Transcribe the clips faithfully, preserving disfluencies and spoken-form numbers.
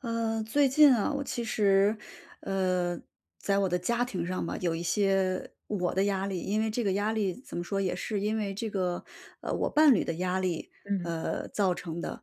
呃，最近啊，我其实，呃，在我的家庭上吧，有一些我的压力。因为这个压力怎么说，也是因为这个，呃，我伴侣的压力，嗯呃，造成的。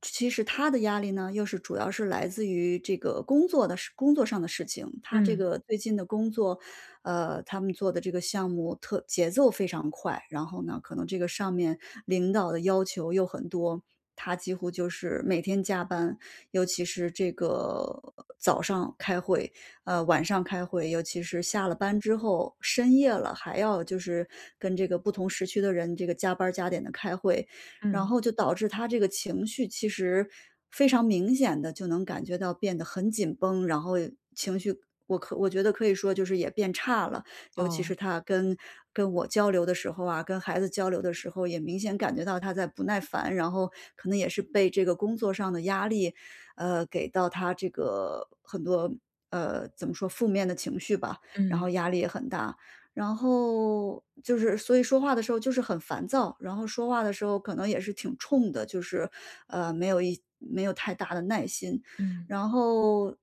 其实他的压力呢，又是主要是来自于这个工作的事，工作上的事情。他这嗯个最近的工作，呃，他们做的这个项目特节奏非常快，然后呢，可能这个上面领导的要求又很多，他几乎就是每天加班。尤其是这个早上开会，呃，晚上开会，尤其是下了班之后，深夜了还要就是跟这个不同时区的人这个加班儿加点的开会，然嗯，后就导致他这个情绪其实非常明显的就能感觉到变得很紧绷，然后情绪我可我觉得可以说就是也变差了。尤其哦，是他跟跟我交流的时候啊，跟孩子交流的时候，也明显感觉到他在不耐烦，然后可能也是被这个工作上的压力，呃，给到他这个很多呃怎么说负面的情绪吧，然后嗯压力也很大。然后就是，所以说话的时候就是很烦躁，然后说话的时候可能也是挺冲的，就是，呃，没有一没有太大的耐心，嗯然后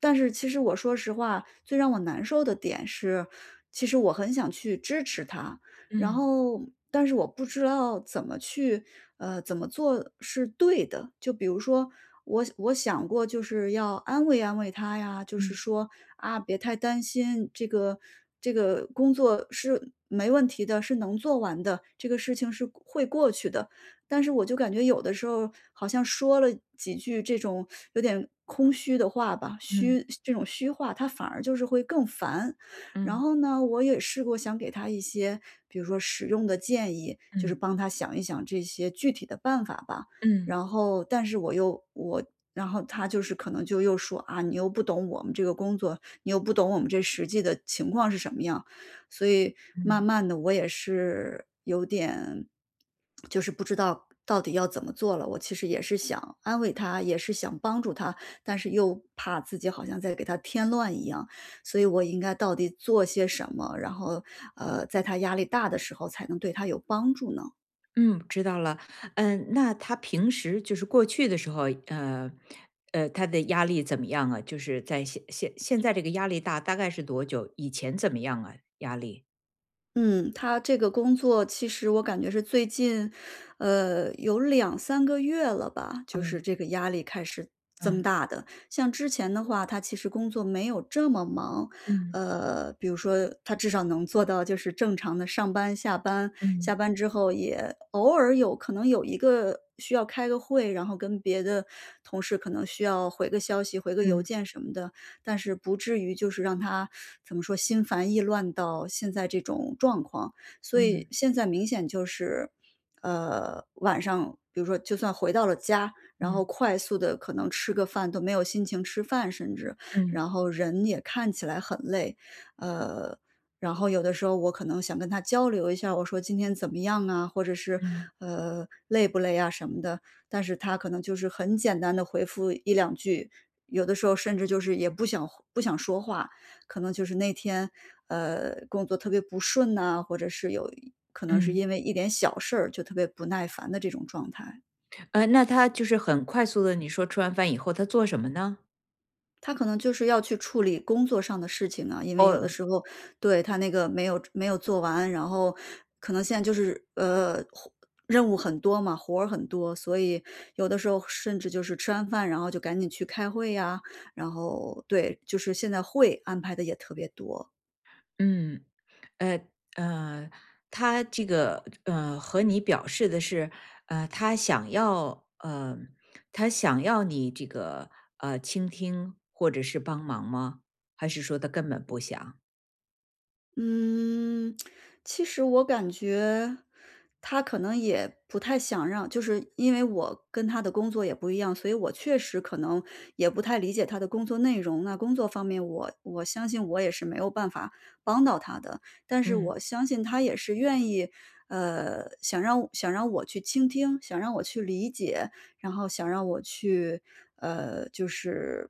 但是其实我说实话，最让我难受的点是，其实我很想去支持他，然嗯后但是我不知道怎么去，呃，怎么做是对的。就比如说，我我想过就是要安慰安慰他呀，就是嗯嗯说啊，别太担心，这个这个工作是没问题的，是能做完的，这个事情是会过去的。但是我就感觉有的时候好像说了几句这种有点空虚的话吧，嗯虚这种虚话，他反而就是会更烦。然嗯后呢，我也试过想给他一些，比如说使用的建议，就是帮他想一想这些具体的办法吧。嗯然后，但是我又我，然后他就是可能就又说啊，你又不懂我们这个工作，你又不懂我们这实际的情况是什么样。所以慢嗯慢的，我也是有点就是不知道到底要怎么做了。我其实也是想安慰他，也是想帮助他，但是又怕自己好像在给他添乱一样。所以我应该到底做些什么，然后，呃，在他压力大的时候才能对他有帮助呢？嗯，知道了。嗯，那他平时就是过去的时候，呃呃，他的压力怎么样啊？就是在现现现在这个压力大，大概是多久？以前怎么样啊？压力？嗯，他这个工作其实我感觉是最近，呃，有两三个月了吧，就哦，是这个压力开始增嗯大的。像之前的话，他其实工作没有这么忙，嗯呃，比如说他至少能做到就是正常的上班、下班，下嗯班之后也偶尔有可能有一个需要开个会，然后跟别的同事可能需要回个消息、回个邮嗯件什么的，但是不至于就是让他怎么说心烦意乱到现在这种状况。所以嗯现在明显就是，呃，晚上比如说就算回到了家，然后嗯快速的可能吃个饭都没有心情吃饭甚至，嗯然后人也看起来很累。呃，然后有的时候我可能想跟他交流一下，我说今天怎么样啊，或者是，嗯呃，累不累啊什么的，但是他可能就是很简单的回复一两句，有的时候甚至就是也不想不想说话，可能就是那天，呃，工作特别不顺呐，或者是有可能是嗯，因为一点小事儿就特别不耐烦的这种状态。呃，那他就是很快速的，你说吃完饭以后他做什么呢？他可能就是要去处理工作上的事情啊，因为有的哦，时候对，他那个没有没有做完，然后可能现在就是，呃，任务很多嘛，活儿很多，所以有的时候甚至就是吃完饭，然后就赶紧去开会呀，然后对，就是现在会安排的也特别多。嗯。呃呃，他这个呃和你表示的是，呃，他想要呃，他想要你这个呃倾听或者是帮忙吗？还是说他根本不想？嗯，其实我感觉他可能也不太想让就是因为我跟他的工作也不一样，所以我确实可能也不太理解他的工作内容。那工作方面我我相信我也是没有办法帮到他的，但是嗯我相信他也是愿意，呃，想让想让我去倾听，想让我去理解，然后想让我去，呃，就是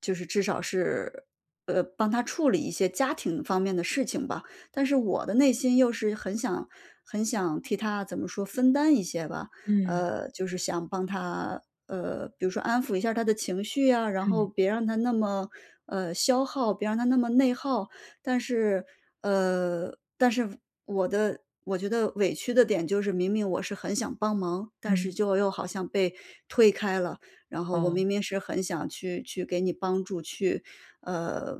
就是至少是呃，帮他处理一些家庭方面的事情吧。但是我的内心又是很想很想替他怎么说分担一些吧，嗯呃，就是想帮他，呃，比如说安抚一下他的情绪啊，然后嗯别让他那么呃消耗，别让他那么内耗。但是，呃，但是我的我觉得委屈的点就是，明明我是很想帮忙，但是嗯，就又好像被推开了。然后我哦明明是很想去去给你帮助，去呃，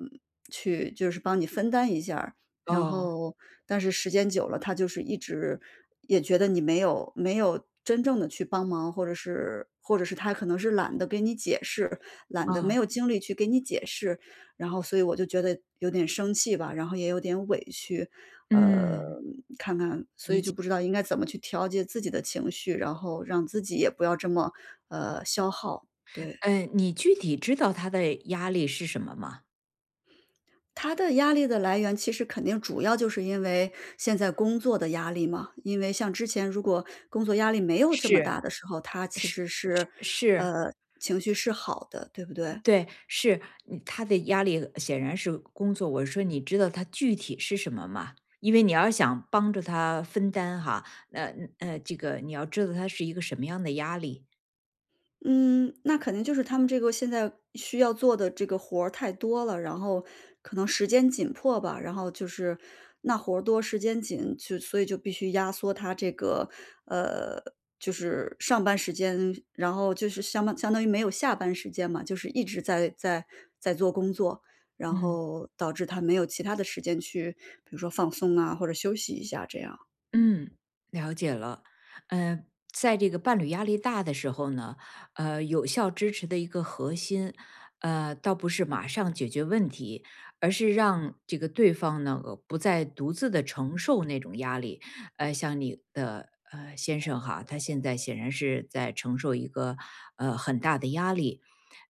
去就是帮你分担一下儿，然哦后但是时间久了，他就是一直也觉得你没有没有真正的去帮忙，或者是或者是他可能是懒得给你解释，懒得没啊，有精力去给你解释。然后所以我就觉得有点生气吧，然后也有点委屈。呃，嗯，看看所以就不知道应该怎么去调节自己的情绪，然后让自己也不要这么，呃，消耗，对。呃，你具体知道他的压力是什么吗？他的压力的来源其实肯定主要就是因为现在工作的压力嘛，因为像之前如果工作压力没有这么是大的时候，他其是实是，是，呃，情绪是好的，对不对？对，是，嗯他的压力显然是工作。我说你知道他具体是什么吗？因为你要想帮助他分担哈，那呃，呃这个你要知道他是一个什么样的压力。嗯，那肯定就是他们这个现在需要做的这个活儿太多了，然后可能时间紧迫吧，然后就是那活儿多，时间紧，就所以就必须压缩他这个呃，就是上班时间，然后就是相当相当于没有下班时间嘛，就是一直在在在做工作，然嗯。后导致他没有其他的时间去，比如说放松啊，或者休息一下这样。嗯，了解了。呃，在这个伴侣压力大的时候呢，呃，有效支持的一个核心，呃，倒不是马上解决问题，而是让这个对方呢呃不再独自的承受那种压力。呃，像你的呃先生哈，他现在显然是在承受一个呃很大的压力。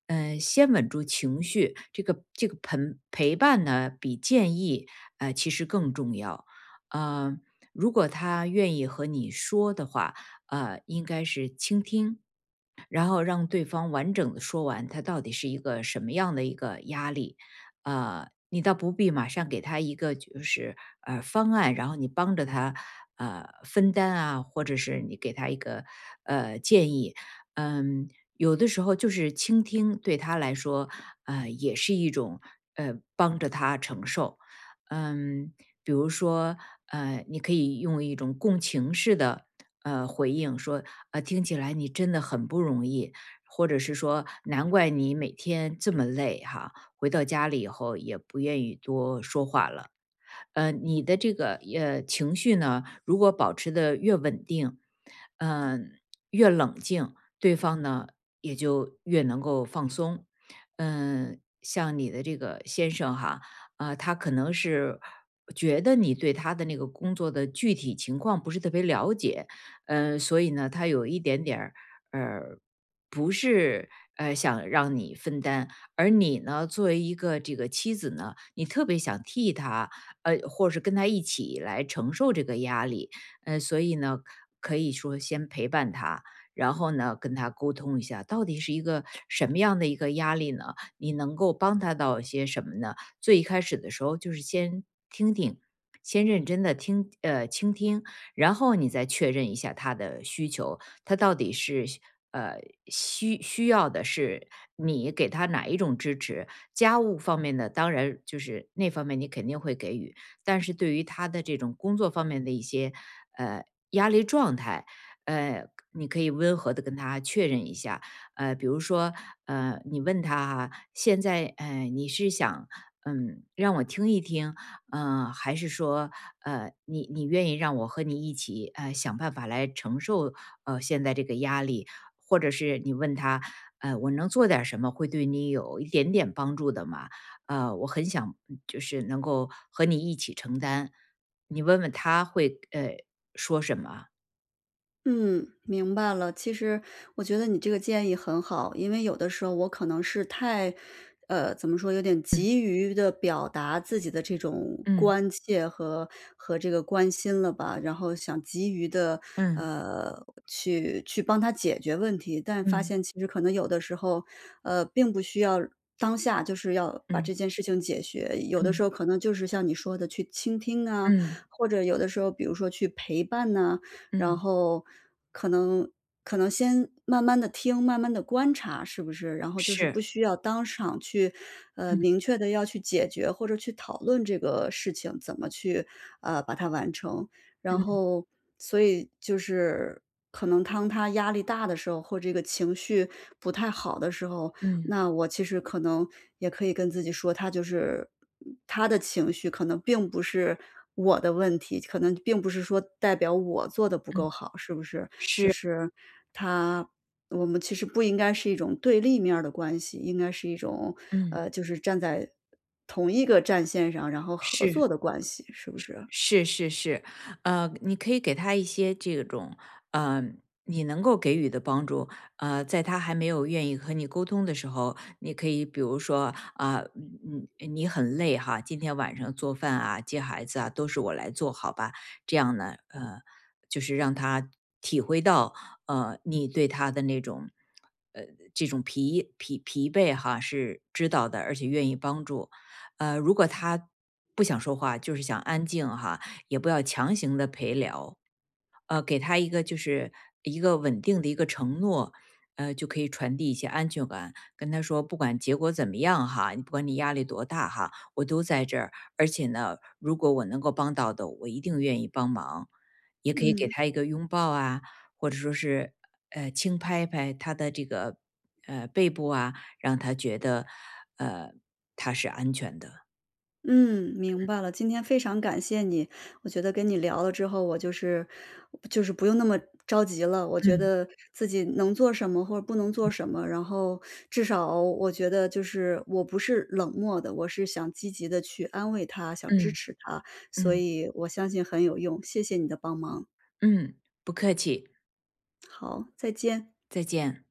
嗯，先稳住情绪，这个这个陪陪伴呢，比建议呃其实更重要。嗯、如果他愿意和你说的话，呃，应该是倾听，然后让对方完整的说完他到底是一个什么样的一个压力，呃，你倒不必马上给他一个就是呃方案，然后你帮着他呃分担啊，或者是你给他一个呃建议，嗯，有的时候就是倾听对他来说，呃，也是一种呃帮着他承受，嗯，比如说呃，你可以用一种共情式的呃，回应说，呃，听起来你真的很不容易，或者是说难怪你每天这么累哈，回到家里以后也不愿意多说话了。呃，你的这个呃情绪呢，如果保持的越稳定，嗯、越冷静，对方呢也就越能够放松。嗯、像你的这个先生哈，啊、他可能是觉得你对他的那个工作的具体情况不是特别了解，呃，所以呢，他有一点点儿呃，不是呃想让你分担，而你呢，作为一个这个妻子呢，你特别想替他呃，或者是跟他一起来承受这个压力。呃，所以呢，可以说先陪伴他，然后呢，跟他沟通一下，到底是一个什么样的一个压力呢？你能够帮他到些什么呢？最一开始的时候，就是先听听，先认真的听，呃，倾听，然后你再确认一下他的需求，他到底是需呃需需要的是你给他哪一种支持，家务方面的，当然就是那方面你肯定会给予，但是对于他的这种工作方面的一些呃压力状态，呃，你可以温和的跟他确认一下，呃，比如说呃，你问他哈，现在呃你是想嗯让我听一听，嗯，呃还是说呃你你愿意让我和你一起呃想办法来承受呃现在这个压力，或者是你问他呃，我能做点什么会对你有一点点帮助的吗？呃，我很想就是能够和你一起承担。你问问他会呃说什么？嗯，明白了。其实我觉得你这个建议很好，因为有的时候我可能是太，呃，怎么说，有点急于的表达自己的这种嗯关切和和这个关心了吧，然后想急于的，嗯呃，去去帮他解决问题，但发嗯现其实可能有的时候，呃，并不需要当下就是要把嗯这件事情解决。有的时嗯候可能就是像你说的去倾听啊，嗯或者有的时候比如说去陪伴呐，然嗯，后可能可能先慢慢的听，慢慢的观察是不是，然后就是不是，需要当场去，呃，明确的要去解决或者去讨论这个事情怎么去，呃，把它完成。然后所以就是可能当他压力大的时候，或这个情绪不太好的时候，嗯那我其实可能也可以跟自己说，他就是他的情绪可能并不是我的问题，可能并不是说代表我做的不够嗯好，是不是？就是，是他我们其实不应该是一种对立面儿的关系，应该是一种，嗯。呃，就是站在同一个战线上，然后合是。作的关系，是不是？是是是，呃，你可以给他一些这种，呃，你能够给予的帮助。呃，在他还没有愿意和你沟通的时候，你可以比如说，啊、嗯嗯你很累哈，今天晚上做饭啊、接孩子啊，都是我来做，好吧？这样呢，呃，就是让他体会到，呃，你对他的那种，呃，这种疲疲疲惫哈是知道的，而且愿意帮助。呃，如果他不想说话，就是想安静哈，也不要强行的陪聊，呃，给他一个就是一个稳定的一个承诺，呃，就可以传递一些安全感，跟他说，不管结果怎么样哈，你不管你压力多大哈，我都在这儿，而且呢，如果我能够帮到的，我一定愿意帮忙，也可以给嗯。他一个拥抱啊，或者说是呃轻拍拍他的这个呃背部啊，让他觉得呃他是安全的。嗯，明白了。今天非常感谢你。我觉得跟你聊了之后，我就是就是不用那么着急了。我觉嗯得自己能做什么或者不能做什么，然后至少我觉得就是我不是冷漠的，我是想积极的去安慰他，想支嗯持他，所嗯以我相信很有用。谢谢你的帮忙。嗯，不客气，好，再见。再见。